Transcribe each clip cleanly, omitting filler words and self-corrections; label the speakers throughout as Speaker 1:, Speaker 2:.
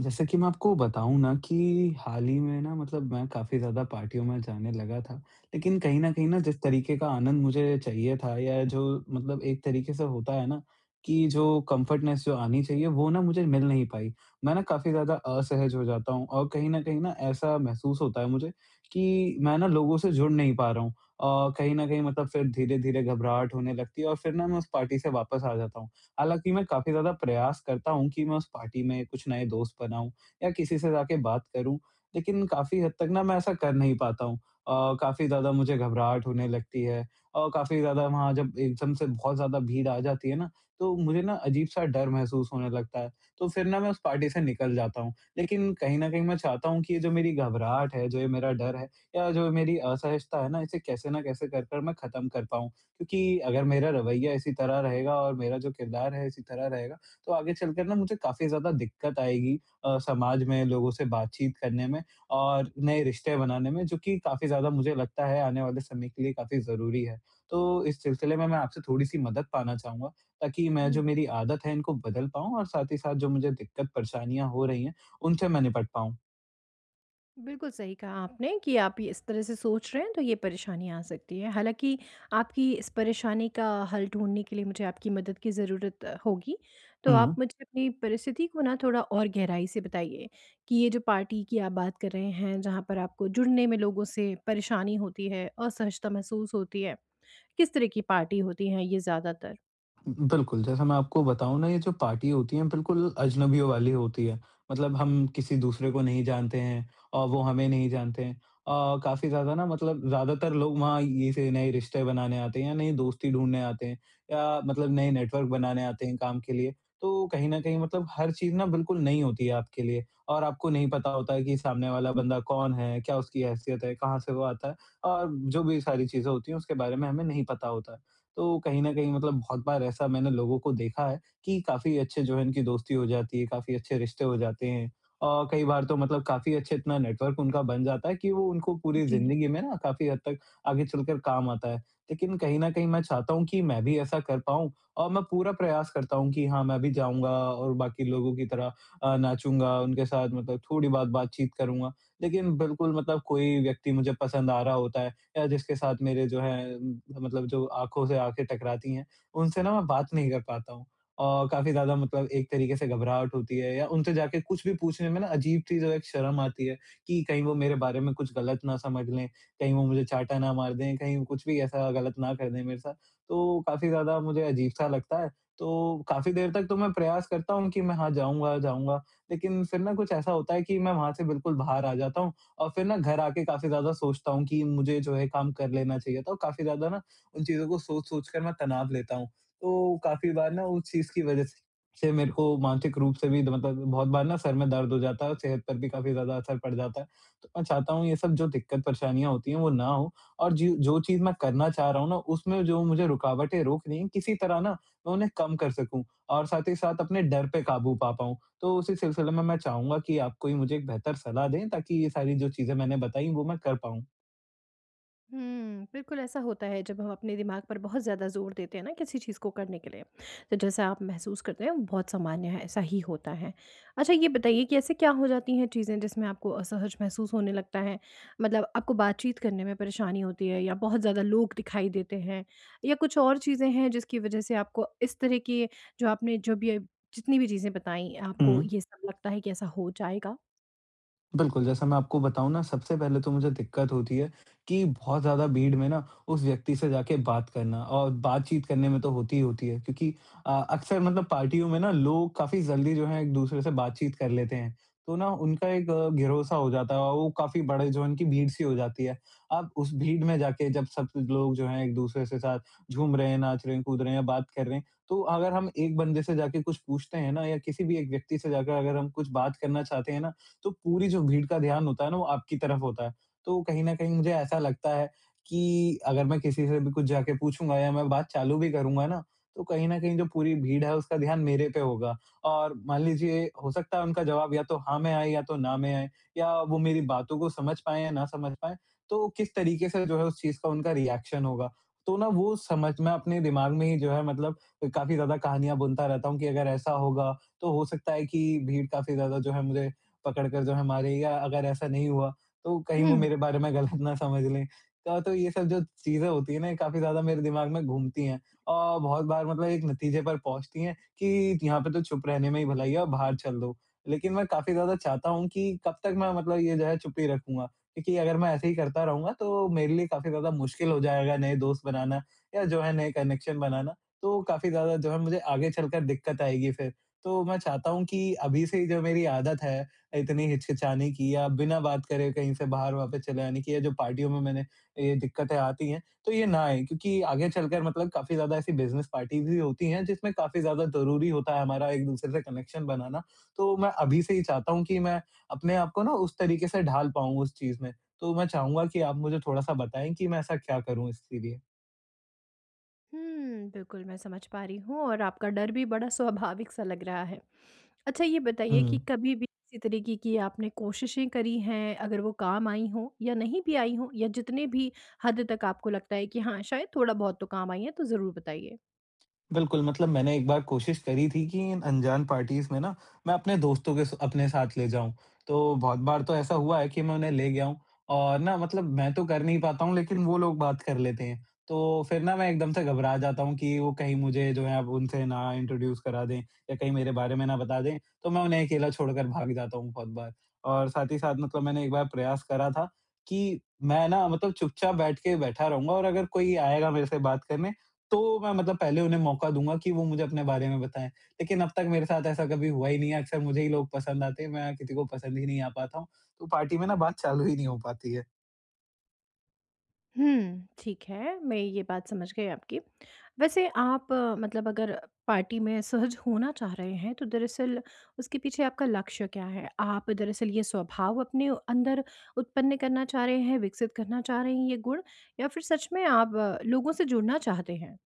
Speaker 1: जैसे कि मैं आपको बताऊँ ना कि हाल ही में ना मतलब मैं काफ़ी ज़्यादा पार्टियों में जाने लगा था। लेकिन कहीं न कहीं ना जिस तरीके का आनंद मुझे चाहिए था या जो मतलब एक तरीके से होता है ना कि जो कम्फ़र्टनेस जो आनी चाहिए वो ना मुझे मिल नहीं पाई। मैं ना काफ़ी ज़्यादा असहज हो जाता हूँ और कहीं न कहीं ना ऐसा महसूस होता है मुझे कि मैं ना लोगों से जुड़ नहीं पा रहा हूँ। कहीं न कहीं मतलब फिर धीरे-धीरे घबराहट होने लगती है और फिर ना मैं उस पार्टी से वापस आ जाता हूँ। हालाँकि मैं काफ़ी ज़्यादा प्रयास करता हूँ कि मैं उस पार्टी में कुछ नए दोस्त बनाऊँ या किसी से जाके बात करूँ, लेकिन काफ़ी हद तक ना मैं ऐसा कर नहीं पाता हूँ। काफ़ी ज़्यादा मुझे घबराहट होने लगती है और काफ़ी ज़्यादा वहाँ जब एकदम से बहुत ज़्यादा भीड़ आ जाती है ना, तो मुझे ना अजीब-सा डर महसूस होने लगता है, तो फिर ना मैं उस पार्टी से निकल जाता हूँ। लेकिन कहीं न कहीं मैं चाहता हूँ कि ये जो मेरी घबराहट है, जो ये मेरा डर है या जो मेरी असहजता है ना, इसे कैसे न कैसे कर कर मैं ख़त्म कर पाऊँ। क्योंकि अगर मेरा रवैया इसी तरह रहेगा और मेरा जो किरदार है इसी तरह रहेगा, तो आगे चलकर ना मुझे काफ़ी ज़्यादा दिक्कत आएगी समाज में, लोगों से बातचीत करने में और नए रिश्ते बनाने में, जो कि काफ़ी ज़्यादा मुझे लगता है आने वाले समय के लिए काफ़ी ज़रूरी है। तो इस सिलसिले में मैं आपसे थोड़ी-सी मदद पाना चाहूँगा, ताकि मैं
Speaker 2: हुँ,
Speaker 1: जो मेरी आदत है इनको बदल पाऊँ और साथ ही साथ जो मुझे दिक्कत परेशानियाँ हो रही हैं, उनसे मैं निपट पाऊँ।
Speaker 2: बिल्कुल सही कहा आपने कि आप ये इस तरह से सोच रहे हैं तो ये परेशानी आ सकती है। हालाँकि आपकी इस परेशानी का हल ढूँढने के लिए मुझे आपकी मदद की ज़रूरत होगी। तो आप
Speaker 1: हुँ।
Speaker 2: मुझे अपनी परिस्थिति को ना थोड़ा और गहराई से बताइए कि ये जो पार्टी की आप बात कर रहे हैं, जहाँ पर आपको जुड़ने में लोगों से परेशानी होती है, असहजता महसूस होती है, किस तरह की पार्टी होती है ये ज़्यादातर?
Speaker 1: बिल्कुल, जैसा मैं आपको बताऊँ ना, ये जो पार्टी होती है, बिल्कुल अजनबियों वाली होती है। मतलब हम किसी दूसरे को नहीं जानते हैं और वो हमें नहीं जानते हैं। अ, काफ़ी ज़्यादा ना मतलब ज़्यादातर लोग वहाँ इसे नए रिश्ते बनाने आते हैं या नई दोस्ती ढूँढने आते हैं या मतलब नए नेटवर्क बनाने आते हैं काम के लिए। तो कहीं न कहीं मतलब हर चीज़ ना बिल्कुल नई होती है आपके लिए और आपको नहीं पता होता है कि सामने वाला बंदा कौन है, क्या उसकी हैसियत है, कहाँ से वो आता है और जो भी सारी चीज़ें होती हैं, उसके बारे में हमें नहीं पता होता है। तो कहीं न कहीं मतलब बहुत बार ऐसा मैंने लोगों को देखा है कि काफ़ी अच्छे जो है इनकी दोस्ती हो जाती है, काफ़ी अच्छे रिश्ते हो जाते हैं। और कई बार तो मतलब काफ़ी अच्छे इतना नेटवर्क उनका बन जाता है कि वो उनको पूरी
Speaker 2: जी।
Speaker 1: ज़िंदगी में ना काफ़ी हद तक आगे चलकर काम आता है। लेकिन कहीं न कहीं मैं चाहता हूँ कि मैं भी ऐसा कर पाऊँ और मैं पूरा प्रयास करता हूँ कि हाँ, मैं भी जाऊँगा और बाकी लोगों की तरह नाचूँगा, उनके साथ मतलब थोड़ी बहुत बातचीत करूँगा। लेकिन बिल्कुल मतलब कोई व्यक्ति मुझे पसंद आ रहा होता है या जिसके साथ मेरे जो है मतलब जो आँखों से आँखें टकराती हैं, उनसे ना मैं बात नहीं कर पाता हूँ। और काफ़ी ज़्यादा मतलब एक तरीके से घबराहट होती है या उनसे जाके कुछ भी पूछने में ना अजीब-सी जो एक शर्म आती है कि कहीं वो मेरे बारे में कुछ गलत ना समझ लें, कहीं वो मुझे चाँटा ना मार दें, कहीं वो कुछ भी ऐसा गलत ना कर दें मेरे साथ। तो काफ़ी ज़्यादा मुझे अजीब-सा लगता है। तो काफ़ी देर तक तो मैं प्रयास करता हूँ कि मैं हाँ, जाऊँगा, जाऊँगा, लेकिन फिर ना कुछ ऐसा होता है कि मैं वहाँ से बिल्कुल बाहर आ जाता हूँ और फिर ना घर आके काफ़ी ज़्यादा सोचता हूँ कि मुझे जो है काम कर लेना चाहिए था और काफ़ी ज़्यादा ना उन चीज़ों को सोच-सोच कर मैं तनाव लेता हूँ। तो काफ़ी बार ना उस चीज़ की वज़ह से मेरे को मानसिक रूप से भी द मतलब बहुत बार ना सर में दर्द हो जाता है और सेहत पर भी काफ़ी ज़्यादा असर पड़ जाता है। तो मैं चाहता हूँ ये सब जो दिक्कत परेशानियाँ होती हैं वो ना हो और जी जो चीज़ मैं करना चाह रहा हूँ ना उसमें जो मुझे रुकावटें रोक रही हैं किसी तरह ना मैं उन्हें कम कर सकूँ और साथ ही साथ अपने डर पे काबू पा पाऊँ। तो उसी सिलसिले में मैं चाहूँगा कि आप कोई मुझे एक बेहतर सलाह दें ताकि ये सारी जो चीज़ें मैंने बताई वो मैं कर पाऊँ।
Speaker 2: बिल्कुल ऐसा होता है जब हम अपने दिमाग पर बहुत ज़्यादा ज़ोर देते हैं ना किसी चीज़ को करने के लिए, तो जैसा आप महसूस करते हैं वो बहुत सामान्य है, ऐसा ही होता है। अच्छा ये बताइए कि ऐसे क्या हो जाती हैं चीज़ें जिसमें आपको असहज महसूस होने लगता है? मतलब आपको बातचीत करने में परेशानी होती है, या बहुत ज़्यादा लोग दिखाई देते हैं, या कुछ और चीज़ें हैं जिसकी वजह से आपको इस तरह की, जो आपने जो भी जितनी भी चीज़ें बताई, आपको
Speaker 1: हुँ।
Speaker 2: ये सब लगता है कि ऐसा हो जाएगा?
Speaker 1: बिल्कुल, जैसा मैं आपको बताऊँ ना सबसे पहले तो मुझे दिक्कत होती है कि बहुत ज़्यादा भीड़ में ना उस व्यक्ति से जाके बात करना और बातचीत करने में तो होती ही होती है क्योंकि अक्सर मतलब पार्टियों में ना लोग काफ़ी जल्दी जो है एक-दूसरे से बातचीत कर लेते हैं। तो ना उनका एक घिरौसा हो जाता है और वो काफ़ी बड़े जो है उनकी भीड़ सी हो जाती है। अब उस भीड़ में जाके जब सब लोग जो हैं एक-दूसरे से साथ झूम रहे हैं, नाच रहे हैं, कूद रहे हैं, बात कर रहे हैं, तो अगर हम एक बंदे से जाके कुछ पूछते हैं ना या किसी भी एक व्यक्ति से जाकर अगर हम कुछ बात करना चाहते हैं ना तो पूरी जो भीड़ का ध्यान होता है ना वो आपकी तरफ होता है। तो कहीं न कहीं मुझे ऐसा लगता है कि अगर मैं किसी से भी कुछ जाके पूछूँगा या मैं बात चालू भी करूँगा ना, तो कहीं न कहीं जो पूरी भीड़ है उसका ध्यान मेरे पे होगा और मान लीजिए हो सकता है उनका जवाब या तो हाँ में आए या तो ना में आए या वो मेरी बातों को समझ पाएँ या ना समझ पाएँ, तो किस तरीके से जो है उस चीज़ का उनका रिएक्शन होगा। तो ना वो समझ मैं अपने दिमाग में ही जो है मतलब काफ़ी ज़्यादा कहानियाँ बुनता रहता हूँ कि अगर ऐसा होगा, तो हो सकता है कि भीड़ काफ़ी ज़्यादा जो है मुझे पकड़ कर जो है मारेगा, अगर ऐसा नहीं हुआ, तो कहीं वो
Speaker 2: हम्म।
Speaker 1: मेरे बारे में गलत ना समझ लें। तो ये सब जो चीज़ें होती हैं ना, ये काफ़ी ज़्यादा मेरे दिमाग में घूमती हैं और बहुत बार मतलब एक नतीजे पर पहुँचती हैं कि यहाँ पे तो चुप रहने में ही भलाई है और बाहर चल दो। लेकिन मैं काफ़ी ज़्यादा चाहता हूँ कि कब तक मैं मतलब ये जो है चुप ही रखूँगा, क्योंकि अगर मैं ऐसे ही करता रहूँगा, तो मेरे लिए काफ़ी ज़्यादा मुश्किल हो जाएगा नए दोस्त बनाना या जो है नए कनेक्शन बनाना। तो काफ़ी ज़्यादा जो है मुझे आगे चलकर दिक्कत आएगी फिर। तो मैं चाहता हूँ कि अभी से ही जो मेरी आदत है इतनी हिचकिचाने की या बिना बात करे कहीं से बाहर वापस चले आने की या जो पार्टियों में मैंने ये दिक्कतें आती हैं, तो ये ना आए क्योंकि आगे चलकर मतलब काफ़ी ज़्यादा ऐसी बिज़नेस पार्टीज़ भी होती हैं जिसमें काफ़ी ज़्यादा ज़रूरी होता है हमारा एक-दूसरे से कनेक्शन बनाना। तो मैं अभी से ही चाहता हूँ कि मैं अपने आप को ना उस तरीके से ढाल पाऊँ उस चीज़ में। तो मैं चाहूँगा कि आप मुझे थोड़ा-सा बताएँ कि मैं ऐसा क्या करूँ इसके लिए?
Speaker 2: बिल्कुल मैं समझ पा रही हूँ, और आपका डर भी बड़ा स्वाभाविक सा लग रहा है। अच्छा ये बताइए कि
Speaker 1: हुँ।
Speaker 2: कभी भी किसी तरीके की आपने कोशिशें करी हैं, अगर वो काम आई हों या नहीं भी आई हों, या जितने भी हद तक आपको लगता है कि हाँ, शायद थोड़ा-बहुत तो काम आई हैं, तो ज़रूर बताइए?
Speaker 1: बिल्कुल, मतलब मैंने एक बार कोशिश करी थी कि इन अनजान पार्टीज़ में ना, मैं अपने दोस्तों के स अपने साथ ले जाऊँ। तो बहुत बार तो ऐसा हुआ है कि मैं उन्हें ले गया हूँ और ना मतलब मैं तो कर नहीं पाता हूँ, लेकिन वो लोग बात कर लेते हैं। तो फिर ना मैं एकदम से घबरा जाता हूँ कि वो कहीं मुझे जो है अब उनसे ना इंट्रोड्यूस करा दें या कहीं मेरे बारे में ना बता दें, तो मैं उन्हें अकेला छोड़कर भाग जाता हूँ बहुत बार। और साथ ही साथ मतलब मैंने एक बार प्रयास करा था कि मैं ना मतलब चुपचाप बैठ के बैठा रहूँगा और अगर कोई आएगा मेरे से बात करने, तो मैं मतलब पहले उन्हें मौका दूँगा कि वो मुझे अपने बारे में बताएँ। लेकिन अब तक मेरे साथ ऐसा कभी हुआ ही नहीं है, अक्सर मुझे ही लोग पसंद आते हैं, मैं किसी को पसंद ही नहीं आ पाता हूँ। तो पार्टी में ना बात चालू ही नहीं हो पाती है।
Speaker 2: हुँ, ठीक है, मैं ये बात समझ गई आपकी। वैसे आप, मतलब अगर पार्टी में सहज होना चाह रहे हैं, तो दरअसल उसके पीछे आपका लक्ष्य क्या है? आप दरअसल ये स्वभाव अपने अंदर उत्पन्न करना चाह रहे हैं, विकसित करना चाह रहे हैं ये गुण, या फिर सच में आप लोगों से जुड़ना चाहते हैं?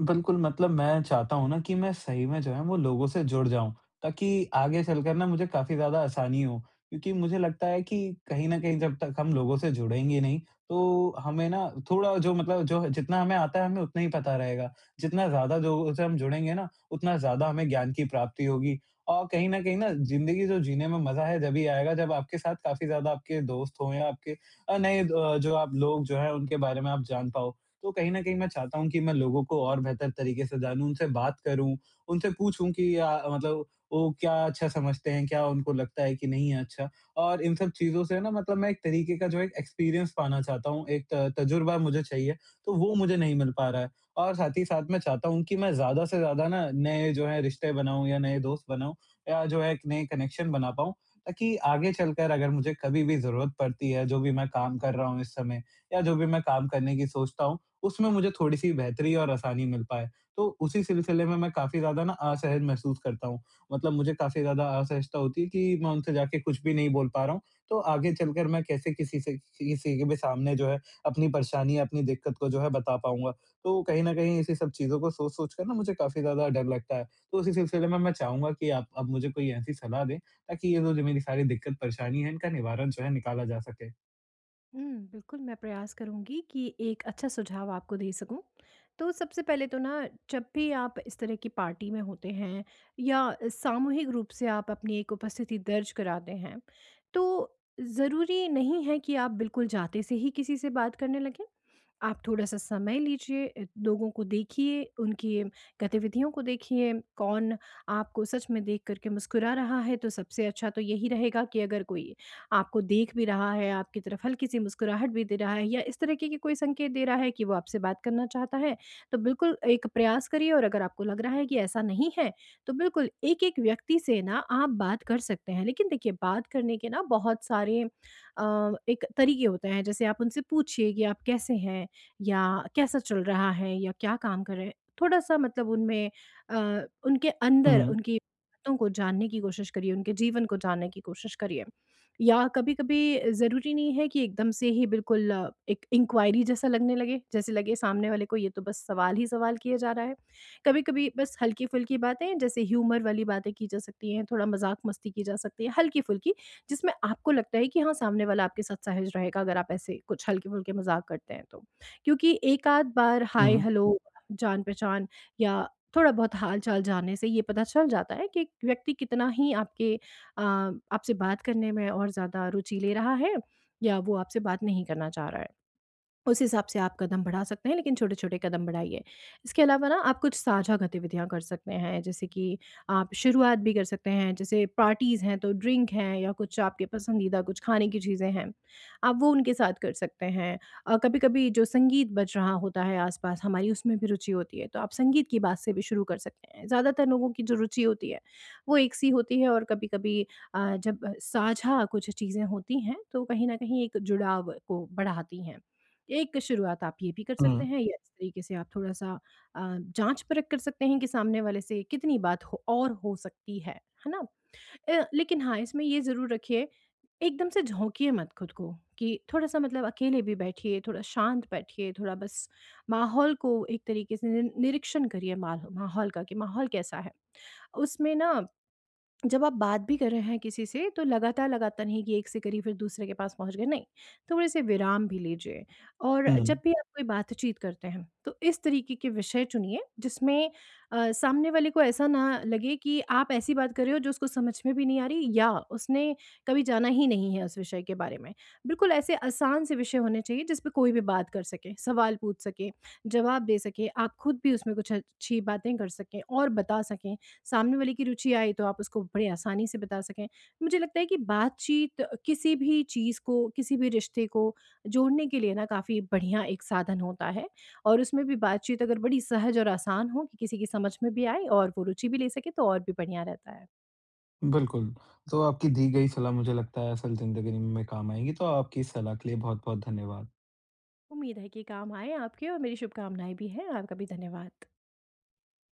Speaker 1: बिल्कुल, मतलब मैं चाहता हूँ ना कि मैं सही में जो है वो लोगों से जुड़ जाऊँ, ताकि आगे चलकर ना मुझे काफ़ी ज़्यादा आसानी हो। क्योंकि मुझे लगता है कि कहीं न कहीं जब तक हम लोगों से जुड़ेंगे नहीं, तो हमें ना थोड़ा जो मतलब जो जितना हमें आता है हमें उतना ही पता रहेगा। जितना ज़्यादा लोगों से हम जुड़ेंगे ना, उतना ज़्यादा हमें ज्ञान की प्राप्ति होगी। और कहीं न कहीं ना ज़िंदगी जो जीने में मज़ा है जभी आएगा जब आपके साथ काफ़ी ज़्यादा आपके दोस्त हों या आपके नए जो आप लोग जो हैं उनके बारे में आप जान पाओ। तो कहीं न कहीं मैं चाहता हूँ कि मैं लोगों को और बेहतर तरीके से जानूँ, उनसे बात करूँ, उनसे पूछूँ कि मतलब वो क्या अच्छा समझते हैं, क्या उनको लगता है कि नहीं है अच्छा? और इन सब चीज़ों से ना मतलब मैं एक तरीके का जो एक एक्सपीरियंस पाना चाहता हूँ, एक त तजुर्बा मुझे चाहिए, तो वो मुझे नहीं मिल पा रहा है। और साथ ही साथ मैं चाहता हूँ कि मैं ज़्यादा से ज़्यादा ना नए जो है रिश्ते बनाऊँ या नए दोस्त बनाऊँ या जो है एक नए कनेक्शन बना पाऊँ, ताकि आगे चलकर अगर मुझे कभी भी ज़रूरत पड़ती है, जो भी मैं काम कर रहा हूँ इस समय या जो भी मैं काम करने की सोचता हूँ उसमें मुझे थोड़ी-सी बेहतरी और आसानी मिल पाए। तो उसी सिलसिले में मैं काफ़ी ज़्यादा ना असहज महसूस करता हूँ। मतलब मुझे काफ़ी ज़्यादा असहजता होती है कि मैं उनसे जाके कुछ भी नहीं बोल पा रहा हूँ। तो आगे चलकर मैं कैसे किसी से किसी के भी सामने जो है अपनी परेशानी या अपनी दिक्कत को जो है बता पाऊँगा। तो कहीं न कहीं इसी सब चीज़ों को सोच-सोच कर ना मुझे काफ़ी ज़्यादा डर लगता है। तो उसी सिलसिले में मैं चाहूँगा कि आप अब मुझे कोई ऐसी सलाह दें ताकि ये जो जो मेरी सारी दिक्कत परेशानी है इनका निवारण जो है निकाला जा सके।
Speaker 2: बिल्कुल, मैं प्रयास करूँगी कि एक अच्छा सुझाव आपको दे सकूँ। तो सबसे पहले तो ना, जब भी आप इस तरह की पार्टी में होते हैं, या सामूहिक रूप से आप अपनी एक उपस्थिति दर्ज कराते हैं, तो ज़रूरी नहीं है कि आप बिल्कुल जाते से ही किसी से बात करने लगें। आप थोड़ा-सा समय लीजिए, लोगों को देखिए, उनकी गतिविधियों को देखिए, कौन आपको सच में देख कर के मुस्कुरा रहा है। तो सबसे अच्छा तो यही रहेगा कि अगर कोई आपको देख भी रहा है, आपकी तरफ हल्की-सी मुस्कुराहट भी दे रहा है, या इस तरीके के कोई संकेत दे रहा है कि वो आपसे बात करना चाहता है, तो बिल्कुल एक प्रयास करिए। और अगर आपको लग रहा है कि ऐसा नहीं है, तो बिल्कुल एक-एक व्यक्ति से ना आप बात कर सकते हैं। लेकिन देखिए, बात करने के ना बहुत सारे एक तरीके होते हैं। जैसे आप उनसे पूछिए कि आप कैसे हैं? या कैसा चल रहा है? या क्या काम कर रहे हैं? थोड़ा-सा मतलब उनमें, उनके अंदर
Speaker 1: हुँ।
Speaker 2: उनकी बातों को जानने की कोशिश करिए, उनके जीवन को जानने की कोशिश करिए। या कभी-कभी ज़रूरी नहीं है कि एकदम से ही बिल्कुल एक इंक्वायरी जैसा लगने लगे, जैसे लगे सामने वाले को ये तो बस सवाल ही सवाल किया जा रहा है। कभी-कभी बस हल्की-फुल्की बातें, जैसे ह्यूमर वाली बातें की जा सकती हैं, थोड़ा मज़ाक-मस्ती की जा सकती है, हल्की-फुल्की, जिसमें आपको लगता है कि हाँ, सामने वाला आपके साथ सहज रहेगा अगर आप ऐसे कुछ हल्के-फुल्के मज़ाक करते हैं तो। क्योंकि एक-आध बार हाय
Speaker 1: हुँ,
Speaker 2: हेलो, जान-पहचान, या थोड़ा बहुत हाल-चाल जानने से ये पता चल जाता है कि एक व्यक्ति कितना ही आपके, अ, आपसे बात करने में और ज़्यादा रुचि ले रहा है, या वो आपसे बात नहीं करना चाह रहा है। उस हिसाब से आप कदम बढ़ा सकते हैं, लेकिन छोटे-छोटे कदम बढ़ाइए। इसके अलावा ना आप कुछ साझा गतिविधियाँ कर सकते हैं, जैसे कि आप शुरुआत भी कर सकते हैं। जैसे पार्टीज़ हैं, तो ड्रिंक हैं, या कुछ आपके पसंदीदा कुछ खाने की चीज़ें हैं, आप वो उनके साथ कर सकते हैं। कभी-कभी जो संगीत बज रहा होता है आस-पास, हमारी उसमें भी रुचि होती है, तो आप संगीत की बात से भी शुरू कर सकते हैं। ज़्यादातर लोगों की जो रुचि होती है वो एक सी होती है, और कभी-कभी जब साझा कुछ चीज़ें होती हैं, तो कहीं न कहीं एक जुड़ाव को बढ़ाती हैं। एक शुरुआत आप ये भी कर सकते
Speaker 1: हुँ,
Speaker 2: हैं, या इस तरीके से आप थोड़ा-सा जाँच-परख कर सकते हैं कि सामने वाले से कितनी बात हो और हो सकती है ना? लेकिन हाँ, इसमें ये ज़रूर रखिए, एकदम से झोंकिए मत खुद को कि थोड़ा-सा मतलब अकेले भी बैठिए, थोड़ा शांत बैठिए, थोड़ा बस माहौल को एक तरीके से निरीक्षण करिए, माल माहौल का कि माहौल कैसा है। उसमें ना जब आप बात भी कर रहे हैं किसी से, तो लगातार लगातार नहीं कि एक से करी फिर दूसरे के पास पहुंच गए, नहीं, थोड़े से विराम भी लीजिए। और
Speaker 1: हुँ।
Speaker 2: जब भी आप कोई बातचीत करते हैं, तो इस तरीके के विषय चुनिए जिसमें सामने वाले को ऐसा ना लगे कि आप ऐसी बात कर रहे हो जो उसको समझ में भी नहीं आ रही, या उसने कभी जाना ही नहीं है उस विषय के बारे में। बिल्कुल ऐसे आसान से विषय होने चाहिए जिस पे कोई भी बात कर सके, सवाल पूछ सके, जवाब दे सके, आप खुद भी उसमें कुछ अच्छी बातें कर सकें और बता सकें। सामने वाले की रुचि आए तो आप उसको बड़ी आसानी से बता सकें। मुझे लगता है कि बातचीत किसी भी चीज़ को, किसी भी रिश्ते को जोड़ने के लिए ना काफ़ी बढ़िया एक साधन होता है, और उसमें भी बातचीत अगर बड़ी सहज और आसान हो कि किसी की समझ में भी आए और वो रुचि भी ले सके, तो और भी बढ़िया रहता है।
Speaker 1: बिल्कुल, तो आपकी दी गई सलाह मुझे लगता है असल ज़िंदगी में काम आएगी, तो आपकी इस सलाह के लिए बहुत-बहुत धन्यवाद।
Speaker 2: उम्मीद है कि काम आए आपके, और मेरी शुभकामनाएँ भी हैं। आपका भी धन्यवाद।